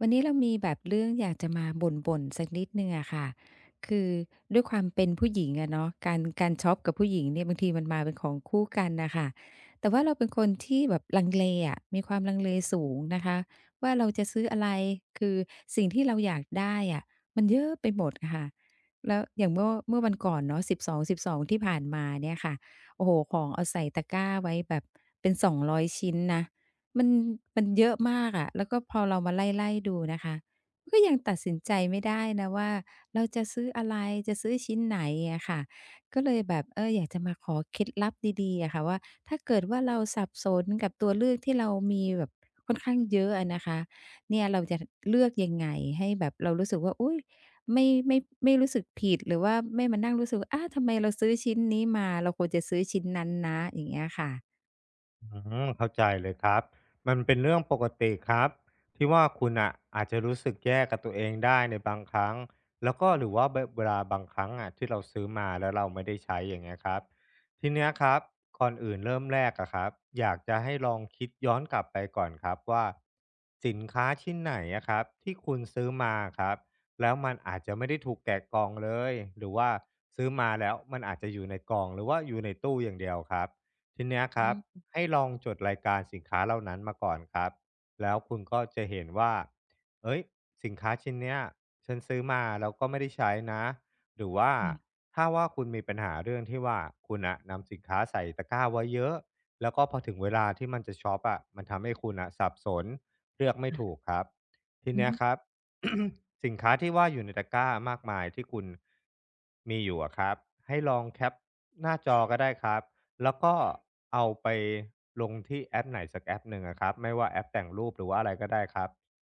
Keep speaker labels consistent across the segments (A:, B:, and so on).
A: วันนี้เรามีแบบเรื่องอยากจะมาบ่นๆสักนิดหนึ่งอะค่ะคือด้วยความเป็นผู้หญิงอะเนาะการช็อปกับผู้หญิงเนี่ยบางทีมันมาเป็นของคู่กันน่ะค่ะแต่ว่าเราเป็นคนที่แบบลังเลอะมีความลังเลสูงนะคะว่าเราจะซื้ออะไรคือสิ่งที่เราอยากได้อะมันเยอะไปหมดอะค่ะแล้วอย่างเมื่อวันก่อนเนาะสิบสองสิบสองที่ผ่านมาเนี่ยค่ะโอ้โฮของเอาใส่ตะกร้าไว้แบบเป็น200ชิ้นนะ มันมันเยอะมากอะแล้วก็พอเรามาไล่ๆดูนะคะก็ยังตัดสินใจไม่ได้นะว่าเราจะซื้ออะไรจะซื้อชิ้นไหนอะค่ะก็เลยแบบเอออยากจะมาขอเคล็ดลับดีๆอะค่ะว่าถ้าเกิดว่าเราสับสนกับตัวเลือกที่เรามีแบบค่อนข้างเยอะอะนะคะเนี่ยเราจะเลือกยังไงให้แบบเรารู้สึกว่าอุ๊ยไม่ไม่รู้สึกผิดหรือว่าไม่มานั่งรู้สึกว่าอาทำไมเราซื้อชิ้นนี้มาเราควรจะซื้อชิ้นนั้นนะอย่างเงี้ยค่ะ
B: อืเข้าใจเลยครับมันเป็นเรื่องปกติครับที่ว่าคุณอ่ะอาจจะรู้สึกแย่กับตัวเองได้ในบางครั้งแล้วก็หรือว่าเบวลาบางครั้งอะที่เราซื้อมาแล้วเราไม่ได้ใช้อย่างเงี้ยครับทีเนี้ยครับก่อนอื่นเริ่มแรกอะครับอยากจะให้ลองคิดย้อนกลับไปก่อนครับว่าสินค้าชิ้นไหนอะครับที่คุณซื้อมาครับแล้วมันอาจจะไม่ได้ถูกแกะกล่องเลยหรือว่าซื้อมาแล้วมันอาจจะอยู่ในกล่องหรือว่าอยู่ในตู้อย่างเดียวครับ ทีเนี้ยครั
A: อื
B: บ
A: ม
B: ให้ลองจดรายการสินค้าเหล่านั้นมาก่อนครับแล้วคุณก็จะเห็นว่าเอ้ยสินค้าชิ้นเนี้ยฉันซื้อมาแล้วก็ไม่ได้ใช้นะหรือว่าถ้าว่าคุณมีปัญหาเรื่องที่ว่าคุณอะนำสินค้าใส่ตะกร้าไว้เยอะแล้วก็พอถึงเวลาที่มันจะช็อปอะมันทำให้คุณอะสับสนเลือกไม่
A: ค่ะ
B: ถูกครับที
A: อือ
B: เนี้ย
A: ฮึ
B: ครับ สินค้าที่ว่าอยู่ในตะกร้ามากมายที่คุณมีอยู่อะครับให้ลองแคปหน้าจอก็ได้ครับ แล้วก็เอาไปลงที่แอปไหนสักแอปหนึ่งอะครับไม่ว่าแอปแต่งรูปหรือว่าอะไรก็ได้ครับ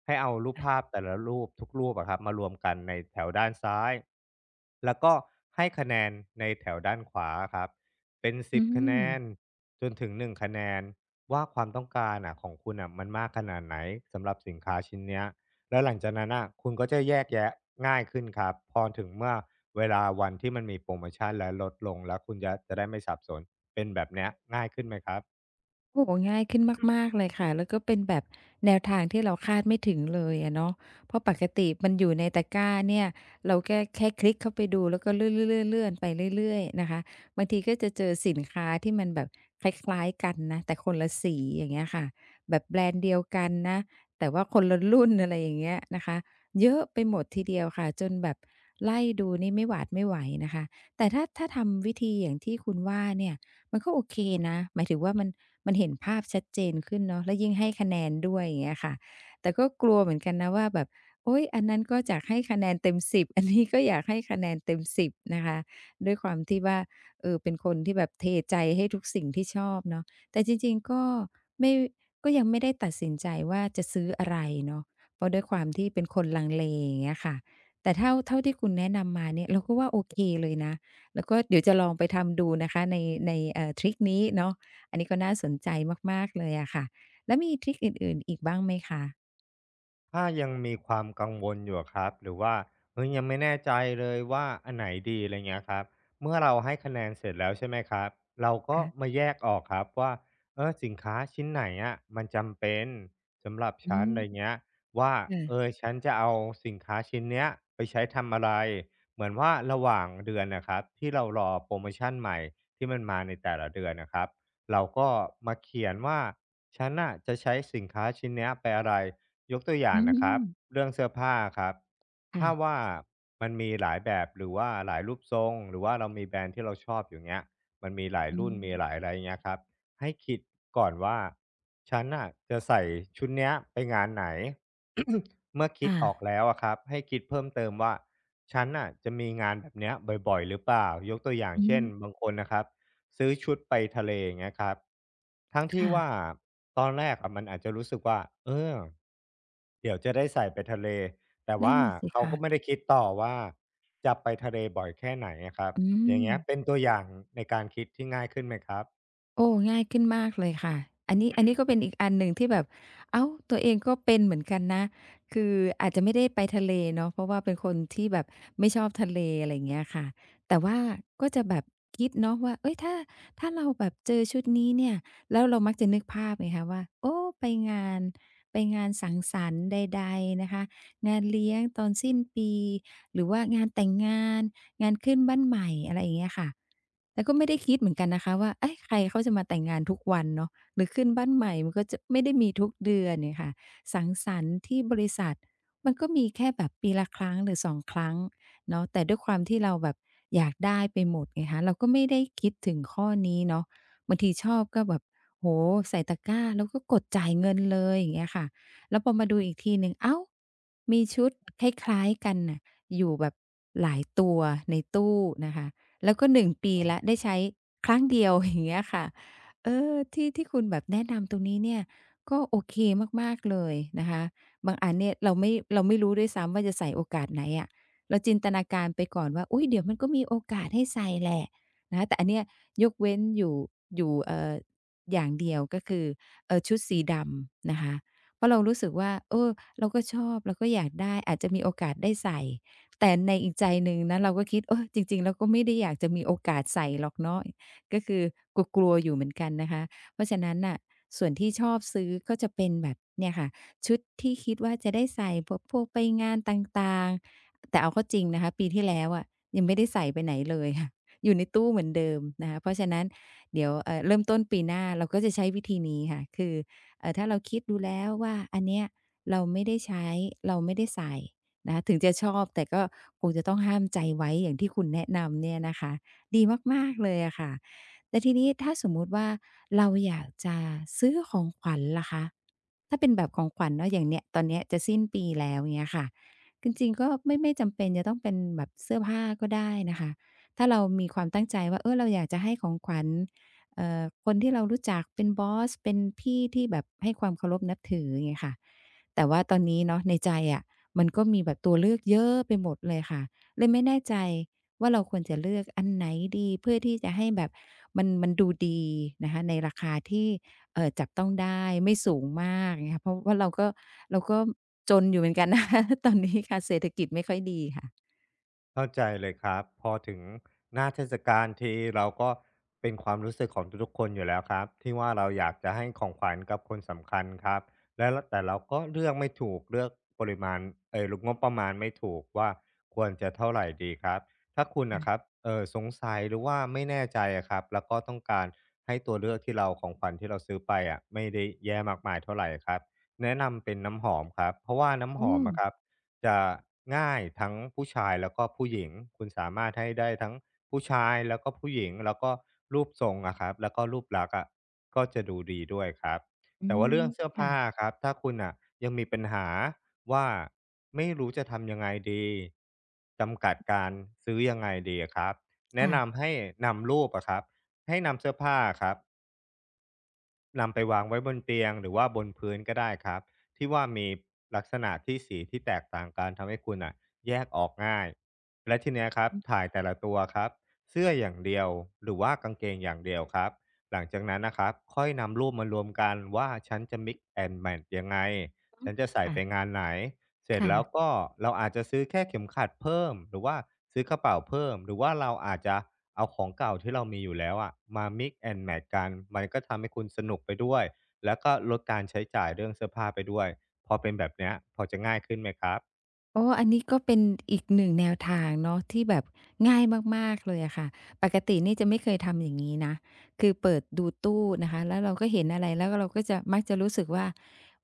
B: ให้เอารูปภาพแต่ละรูปทุกรูปอะครับมารวมกันในแถวด้านซ้ายแล้วก็ให้คะแนนในแถวด้านขวาครับเป็นสิ
A: อื
B: บคะแน
A: ม
B: นจนถึง1คะแนนว่าความต้องการอ่ะของคุณอ่ะมันมากขนาดไหนสำหรับสินค้าชิ้นเนี้ยแล้วหลังจากนั้นอ่ะคุณก็จะแยกแยะง่ายขึ้นครับพอถึงเมื่อเวลาวันที่มันมีโปรโมชันและลดลงแล้วคุณจะได้ไม่สับสน เป็นแบบเนี้ยง่ายขึ้นไหมครับ
A: โอ้โฮง่ายขึ้นมากๆเลยค่ะแล้วก็เป็นแบบแนวทางที่เราคาดไม่ถึงเลยอะเนาะเพราะปกติมันอยู่ในตะกร้าเนี่ยเราแค่คลิกเข้าไปดูแล้วก็เลื่อนๆๆๆไปเรื่อยๆนะคะบางทีก็จะเจอสินค้าที่มันแบบคล้ายๆกันนะแต่คนละสีอย่างเงี้ยค่ะแบบแบรนด์เดียวกันนะแต่ว่าคนละรุ่นอะไรอย่างเงี้ยนะคะเยอะไปหมดทีเดียวค่ะจนแบบไล่ดูนี่ไม่หวาดไม่ไหวนะคะแต่ถ้าทำวิธีอย่างที่คุณว่าเนี่ย มันก็โอเคนะหมายถึงว่ามันเห็นภาพชัดเจนขึ้นเนาะแล้วยิ่งให้คะแนนด้วยอย่างเงี้ยค่ะแต่ก็กลัวเหมือนกันนะว่าแบบโอ๊ยอันนั้นก็อยากให้คะแนนเต็มสิบ อันนี้ก็อยากให้คะแนนเต็มสิบนะคะด้วยความที่ว่าเออเป็นคนที่แบบเทใจให้ทุกสิ่งที่ชอบเนาะแต่จริงๆก็ไม่ก็ยังไม่ได้ตัดสินใจว่าจะซื้ออะไรเนาะเพราะด้วยความที่เป็นคนลังเลอย่างเงี้ยค่ะแต่เท่าที่คุณแนะนำมาเนี่ยเราก็ว่าโอเคเลยนะ แล้วก็เดี๋ยวจะลองไปทำดูนะคะในในทริกนี้เนาะอันนี้ก็น่าสนใจมากๆเลยอะค่ะแล้วมีทริกอื่นๆอีกบ้างไหมคะ
B: ถ้ายังมีความกังวลอยู่อะครับหรือว่าเฮ้ยยังไม่แน่ใจเลยว่าอันไหนดีอะไรเงี้ยครับเมื่อเราให้คะแนนเสร็จแล้วใช่ไหมครับเราก็มา
A: ค่ะ
B: แยกออกครับว่าเออสินค้าชิ้นไหนอะมันจำเป็นสำหรับ
A: อื
B: ฉันอะไร
A: ม
B: เงี้ยว่าเออ
A: ค่ะ
B: ฉันจะเอาสินค้าชิ้นเนี้ยไปใช้ทำอะไรเหมือนว่าระหว่างเดือนนะครับที่เรารอโปรโมชันใหม่ที่มันมาในแต่ละเดือนนะครับเราก็มาเขียนว่าฉันน่ะจะใช้สินค้าชิ้นเนี้ยไปอะไร ยกตัวอย่า
A: อื
B: งนะครับ
A: ม
B: เรื่องเสื้อผ้าครับถ้า
A: ค่ะ
B: ว่ามันมีหลายแบบหรือว่าหลายรูปทรงหรือว่าเรามีแบรนด์ที่เราชอบอยู่เงี้ยมันมีหลาย
A: อื
B: รุ่น
A: ม
B: มีหลายอะไรเงี้ยครับให้คิดก่อนว่าฉันน่ะจะใส่ชุดเนี้ยไปงานไหน เมื่อคิดออก
A: ค่ะ
B: แล้วอะครับให้คิดเพิ่มเติมว่าฉันน่ะจะมีงานแบบเนี้ยบ่อยๆหรือเปล่ายกตัวอย่าง
A: อื
B: เช่น
A: ม
B: บางคนนะครับซื้อชุดไปทะเลอย่างเงี้ยครับทั้งที่ว่า
A: ค่ะ
B: ตอนแรกอะมันอาจจะรู้สึกว่าเออ เดี๋ยวจะได้ใส่ไปทะเลแต่
A: นั่น
B: ว่า
A: น่ะสิ
B: เขา
A: คะ
B: ก็ไม่ได้คิดต่อว่าจะไปทะเลบ่อยแค่ไหนอะครับ
A: อื
B: อย่าง
A: ม
B: เงี้ยเป็นตัวอย่างในการคิดที่ง่ายขึ้นไหมครับ
A: โอ้ง่ายขึ้นมากเลยค่ะอันนี้ก็เป็นอีกอันหนึ่งที่แบบอ้าวตัวเองก็เป็นเหมือนกันนะคืออาจจะไม่ได้ไปทะเลเนาะเพราะว่าเป็นคนที่แบบไม่ชอบทะเลอะไรอย่างเงี้ยค่ะแต่ว่าก็จะแบบคิดเนาะว่าเฮ้ยถ้าเราแบบเจอชุดนี้เนี่ยแล้วเรามักจะนึกภาพไงคะว่าโอ้ไปงานไปงานสังสรรค์ใดๆนะคะงานเลี้ยงตอนสิ้นปีหรือว่างานแต่งงานงานขึ้นบ้านใหม่อะไรอย่างเงี้ยค่ะ แต่ก็ไม่ได้คิดเหมือนกันนะคะว่าเอ๊ะใครเขาจะมาแต่งงานทุกวันเนาะหรือขึ้นบ้านใหม่มันก็จะไม่ได้มีทุกเดือนเนี่ยค่ะสังสรรค์ที่บริษัทมันก็มีแค่แบบปีละครั้งหรือสองครั้งเนาะแต่ด้วยความที่เราแบบอยากได้ไปหมดไงคะเราก็ไม่ได้คิดถึงข้อนี้เนาะบางทีชอบก็แบบโอ้โฮใส่ตะกร้าแล้วก็กดจ่ายเงินเลยอย่างเงี้ยค่ะแล้วพอมาดูอีกทีหนึ่งอ้าวมีชุดคล้ายๆกันน่ะอยู่แบบหลายตัวในตู้นะคะ แล้วก็1ปีแล้วได้ใช้ครั้งเดียว อย่างเงี้ยค่ะเออที่คุณแบบแนะนำตรงนี้เนี่ยก็โอเคมากๆเลยนะคะบางอันเนี่ยเราไม่รู้ด้วยซ้ำว่าจะใส่โอกาสไหนอะเราจินตนาการไปก่อนว่าอุ๊ยเดี๋ยวมันก็มีโอกาสให้ใส่แหละนะคะแต่อันเนี้ยยกเว้นอยู่อย่างเดียวก็คือชุดสีดำนะคะเพราะเรารู้สึกว่าเออเราก็ชอบเราก็อยากได้อาจจะมีโอกาสได้ใส่ แต่ในอีกใจหนึ่งนะเราก็คิดจริงๆเราก็ไม่ได้อยากจะมีโอกาสใส่หรอกเนาะก็คือกลัวๆอยู่เหมือนกันนะคะเพราะฉะนั้นน่ะส่วนที่ชอบซื้อก็จะเป็นแบบเนี่ยค่ะชุดที่คิดว่าจะได้ใส่พวกไปงานต่างๆแต่เอาเข้าจริงนะคะปีที่แล้วอะยังไม่ได้ใส่ไปไหนเลยค่ะ อยู่ในตู้เหมือนเดิมนะคะเพราะฉะนั้นเดี๋ยวเริ่มต้นปีหน้าเราก็จะใช้วิธีนี้ค่ะคือถ้าเราคิดดูแล้วว่าอันเนี้ยเราไม่ได้ใช้เราไม่ได้ใส่ นะคะถึงจะชอบแต่ก็คงจะต้องห้ามใจไว้อย่างที่คุณแนะนำเนี่ยนะคะดีมากๆเลยอะค่ะแต่ทีนี้ถ้าสมมุติว่าเราอยากจะซื้อของขวัญล่ะคะถ้าเป็นแบบของขวัญเนาะอย่างเนี้ยตอนเนี้ยจะสิ้นปีแล้วเงี้ยค่ะจริงๆก็ไม่จำเป็นจะต้องเป็นแบบเสื้อผ้าก็ได้นะคะถ้าเรามีความตั้งใจว่าเออเราอยากจะให้ของขวัญคนที่เรารู้จักเป็นบอสเป็นพี่ที่แบบให้ความเคารพนับถืออย่างเงี้ยค่ะแต่ว่าตอนนี้เนาะในใจอะ มันก็มีแบบตัวเลือกเยอะไปหมดเลยค่ะเลยไม่แน่ใจว่าเราควรจะเลือกอันไหนดีเพื่อที่จะให้แบบมันดูดีนะคะในราคาที่จับต้องได้ไม่สูงมากอย่างเงี้ยค่ะเพราะว่าเราก็จนอยู่เหมือนกันนะ คะตอนนี้ค่ะเศรษฐกิจไม่ค่อยดีค่ะ
B: เข้าใจเลยครับพอถึงหน้าเทศกาลทีเราก็เป็นความรู้สึกของทุกๆคนอยู่แล้วครับที่ว่าเราอยากจะให้ของขวัญกับคนสำคัญครับและแต่เราก็เลือกไม่ถูกเลือกปริมาณงบประมาณไม่ถูกว่าควรจะเท่าไหรดีครับถ้าคุณนะครับ
A: ค่ะ
B: สงสัยหรือว่าไม่แน่ใจอะครับแล้วก็ต้องการให้ตัวเลือกที่เราของขวัญที่เราซื้อไปอะไม่ได้แย่มากมายเท่าไหรครับแนะนำเป็นน้ำหอมครับเพราะว่าน้ำห
A: อื
B: อม
A: ม
B: อะครับ จะง่ายทั้งผู้ชายแล้วก็ผู้หญิงคุณสามารถให้ได้ทั้งผู้ชายแล้วก็ผู้หญิงแล้วก็รูปทรงอะครับแล้วก็รูปลักษณ์อะก็จะดูดีด้วยครับ
A: อื
B: แต่ว่า
A: ม
B: เรื่องเสื้อผ้า
A: ค่ะ
B: ครับถ้าคุณอะยังมีปัญหาว่าไม่รู้จะทำยังไงดีจำกัดการซื้อยังไงดีอะครับแนะ
A: ค่ะ
B: นำให้นำรูปอะครับให้นำเสื้อผ้าครับ นำไปวางไว้บนเตียงหรือว่าบนพื้นก็ได้ครับที่ว่ามีลักษณะที่สีที่แตกต่างกันทำให้คุณอ่ะแยกออกง่ายและทีเนี้ยครับ
A: อือ
B: ถ่ายแต่ละตัวครับเสื้ออย่างเดียวหรือว่ากางเกงอย่างเดียวครับหลังจากนั้นนะครับค่อยนำรูปมารวมกันว่าฉันจะ mix and match ยังไง
A: ฮึ
B: ฉันจะใส่
A: ค่ะ
B: ไปงานไหน เสร็จแล้ว
A: ค่ะ
B: ก็เราอาจจะซื้อแค่เข็มขัดเพิ่มหรือว่าซื้อกระเป๋าเพิ่มหรือว่าเราอาจจะเอาของเก่าที่เรามีอยู่แล้วอะมา mix and match กันมันก็ทำให้คุณสนุกไปด้วยแล้วก็ลดการใช้จ่ายเรื่องเสื้อผ้าไปด้วยพอเป็นแบบเนี้ยพอจะง่ายขึ้นไหมครับ
A: โอ้อันนี้ก็เป็นอีกหนึ่งแนวทางเนาะที่แบบง่ายมากๆเลยอะค่ะปกตินี่จะไม่เคยทำอย่างนี้นะคือเปิดดูตู้นะคะแล้วเราก็เห็นอะไรแล้วก็เราก็จะมักจะรู้สึกว่า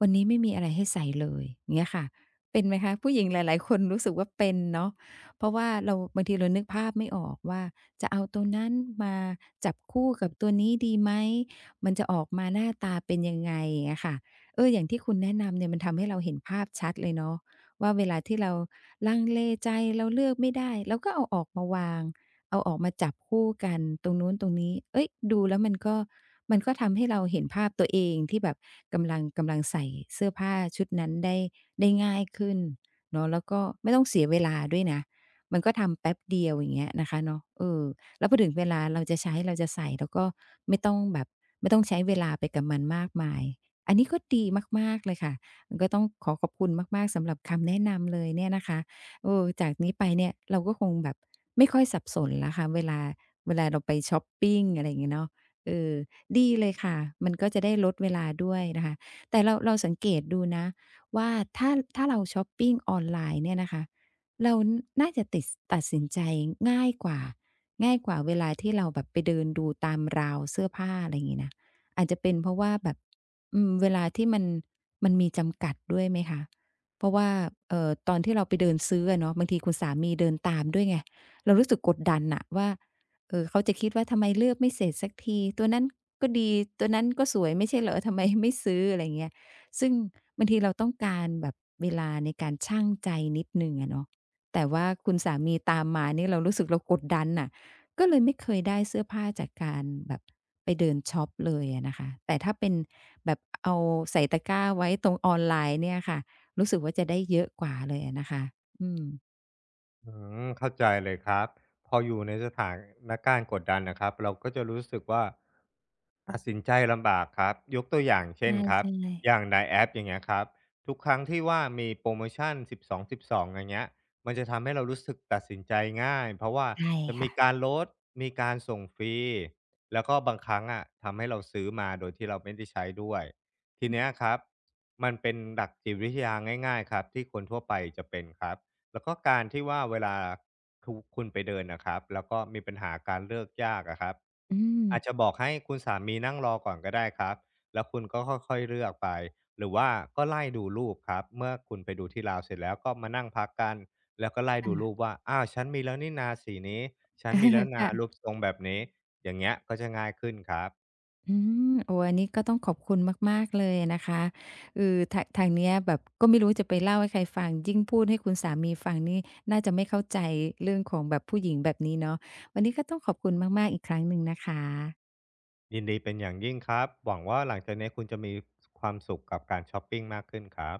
A: วันนี้ไม่มีอะไรให้ใส่เลยเงี้ยค่ะเป็นไหมคะผู้หญิงหลายๆคนรู้สึกว่าเป็นเนาะเพราะว่าเราบางทีเรานึกภาพไม่ออกว่าจะเอาตัวนั้นมาจับคู่กับตัวนี้ดีไหมมันจะออกมาหน้าตาเป็นยังไงอย่างเงี้ยค่ะเอออย่างที่คุณแนะนำเนี่ยมันทำให้เราเห็นภาพชัดเลยเนาะ ว่าเวลาที่เราลังเลใจเราเลือกไม่ได้เราก็เอาออกมาวางเอาออกมาจับคู่กันตรงนู้นตรงนี้เอ้ยดูแล้วมันก็ทำให้เราเห็นภาพตัวเองที่แบบกำลังใส่เสื้อผ้าชุดนั้นได้ง่ายขึ้นเนาะแล้วก็ไม่ต้องเสียเวลาด้วยนะมันก็ทำแป๊บเดียวอย่างเงี้ยนะคะเนาะเออแล้วพอถึงเวลาเราจะใช้เราจะใส่เราก็ไม่ต้องแบบไม่ต้องใช้เวลาไปกับมันมากมายอันนี้ก็ดีมากๆเลยค่ะ ก็ต้องขอขอบคุณมากๆสำหรับคำแนะนำเลยเนี่ยนะคะเออจากนี้ไปเนี่ยเราก็คงแบบไม่ค่อยสับสนแล้วค่ะเวลาเราไปชอปปิงอะไรอย่างเงี้ยเนาะเออดีเลยค่ะมันก็จะได้ลดเวลาด้วยนะคะแต่เราสังเกตดูนะว่าถ้าถ้าเราชอปปิงออนไลน์เนี่ยนะคะเราน่าจะตัดสินใจง่ายกว่าง่ายกว่าเวลาที่เราแบบไปเดินดูตามราวเสื้อผ้าอะไรอย่างงี้นะอาจจะเป็นเพราะว่าแบบอืมเวลาที่มัน มันมีจำกัดด้วยไหมคะ เพราะว่าตอนที่เราไปเดินซื้ออะเนาะบางทีคุณสามีเดินตามด้วยไงเรารู้สึกกดดันน่ะว่าเขาจะคิดว่าทำไมเลือกไม่เสร็จสักทีตัวนั้นก็ดีตัวนั้นก็สวยไม่ใช่เหรอทำไมไม่ซื้ออะไรอย่างเงี้ยซึ่งบางทีเราต้องการแบบเวลาในการชั่งใจนิดหนึ่งอะเนาะแต่ว่าคุณสามีตามมานี่เรารู้สึกเรากดดันน่ะก็เลยไม่เคยได้เสื้อผ้าจากการแบบไปเดินช็อปเลยอะนะคะแต่ถ้าเป็น แบบเอาใส่ตะกร้าไว้ตรงออนไลน์เนี่ยค่ะรู้สึกว่าจะได้เยอะกว่าเลยอะนะคะอืม
B: อืเข้าใจเลยครับพออยู่ในสถานการณ์กดดันนะครับเราก็จะรู้สึกว่าตัดสินใจลำบากครับยกตัวอย่างเช่นครับ
A: ใช่ๆ
B: อย่างในแอปอย่างเงี้ยครับทุกครั้งที่ว่ามีโปรโมชั่น1 2บสองสิบสองอย่างเงี้ยมันจะทำให้เรารู้สึกตัดสินใจง่ายเพราะว่า
A: ใช่
B: จะมี
A: ค่ะ
B: การลดมีการส่งฟรีแล้วก็บางครั้งอ่ะทำให้เราซื้อมาโดยที่เราไม่ได้ใช้ด้วยทีเนี้ยครับมันเป็นหลักจิตวิทยาง่ายๆครับที่คนทั่วไปจะเป็นครับ แล้วก็การที่ว่าเวลาทุคุณไปเดินนะครับแล้วก็มีปัญหาการเลือกยากอะครับ
A: อืม
B: อาจจะบอกให้คุณสามีนั่งรอก่อนก็ได้ครับแล้วคุณก็ค่อยๆเลือกไปหรือว่าก็ไล่ดูรูปครับเมื่อคุณไปดูที่ลาวเสร็จแล้วก็มานั่งพักกันแล้วก็ไล่ดู
A: ค่ะ
B: รูป ว่าอ้าวฉันมีแล้วนี่นาสีนี้ฉั
A: เอ
B: น
A: อ
B: มีแล้วนา
A: ค่ะ
B: รูปทรงแบบนี้อย่างเงี้ยก็จะง่ายขึ้นครับ
A: อืมโอ้อันนี้ก็ต้องขอบคุณมากๆเลยนะคะคือทางเนี้ยแบบก็ไม่รู้จะไปเล่าให้ใครฟังยิ่งพูดให้คุณสามีฟังนี่น่าจะไม่เข้าใจเรื่องของแบบผู้หญิงแบบนี้เนาะวันนี้ก็ต้องขอบคุณมากๆอีกครั้งหนึ่งนะคะ
B: ยินดีเป็นอย่างยิ่งครับหวังว่าหลังจากนี้คุณจะมีความสุขกับการชอปปิงมากขึ้นครับ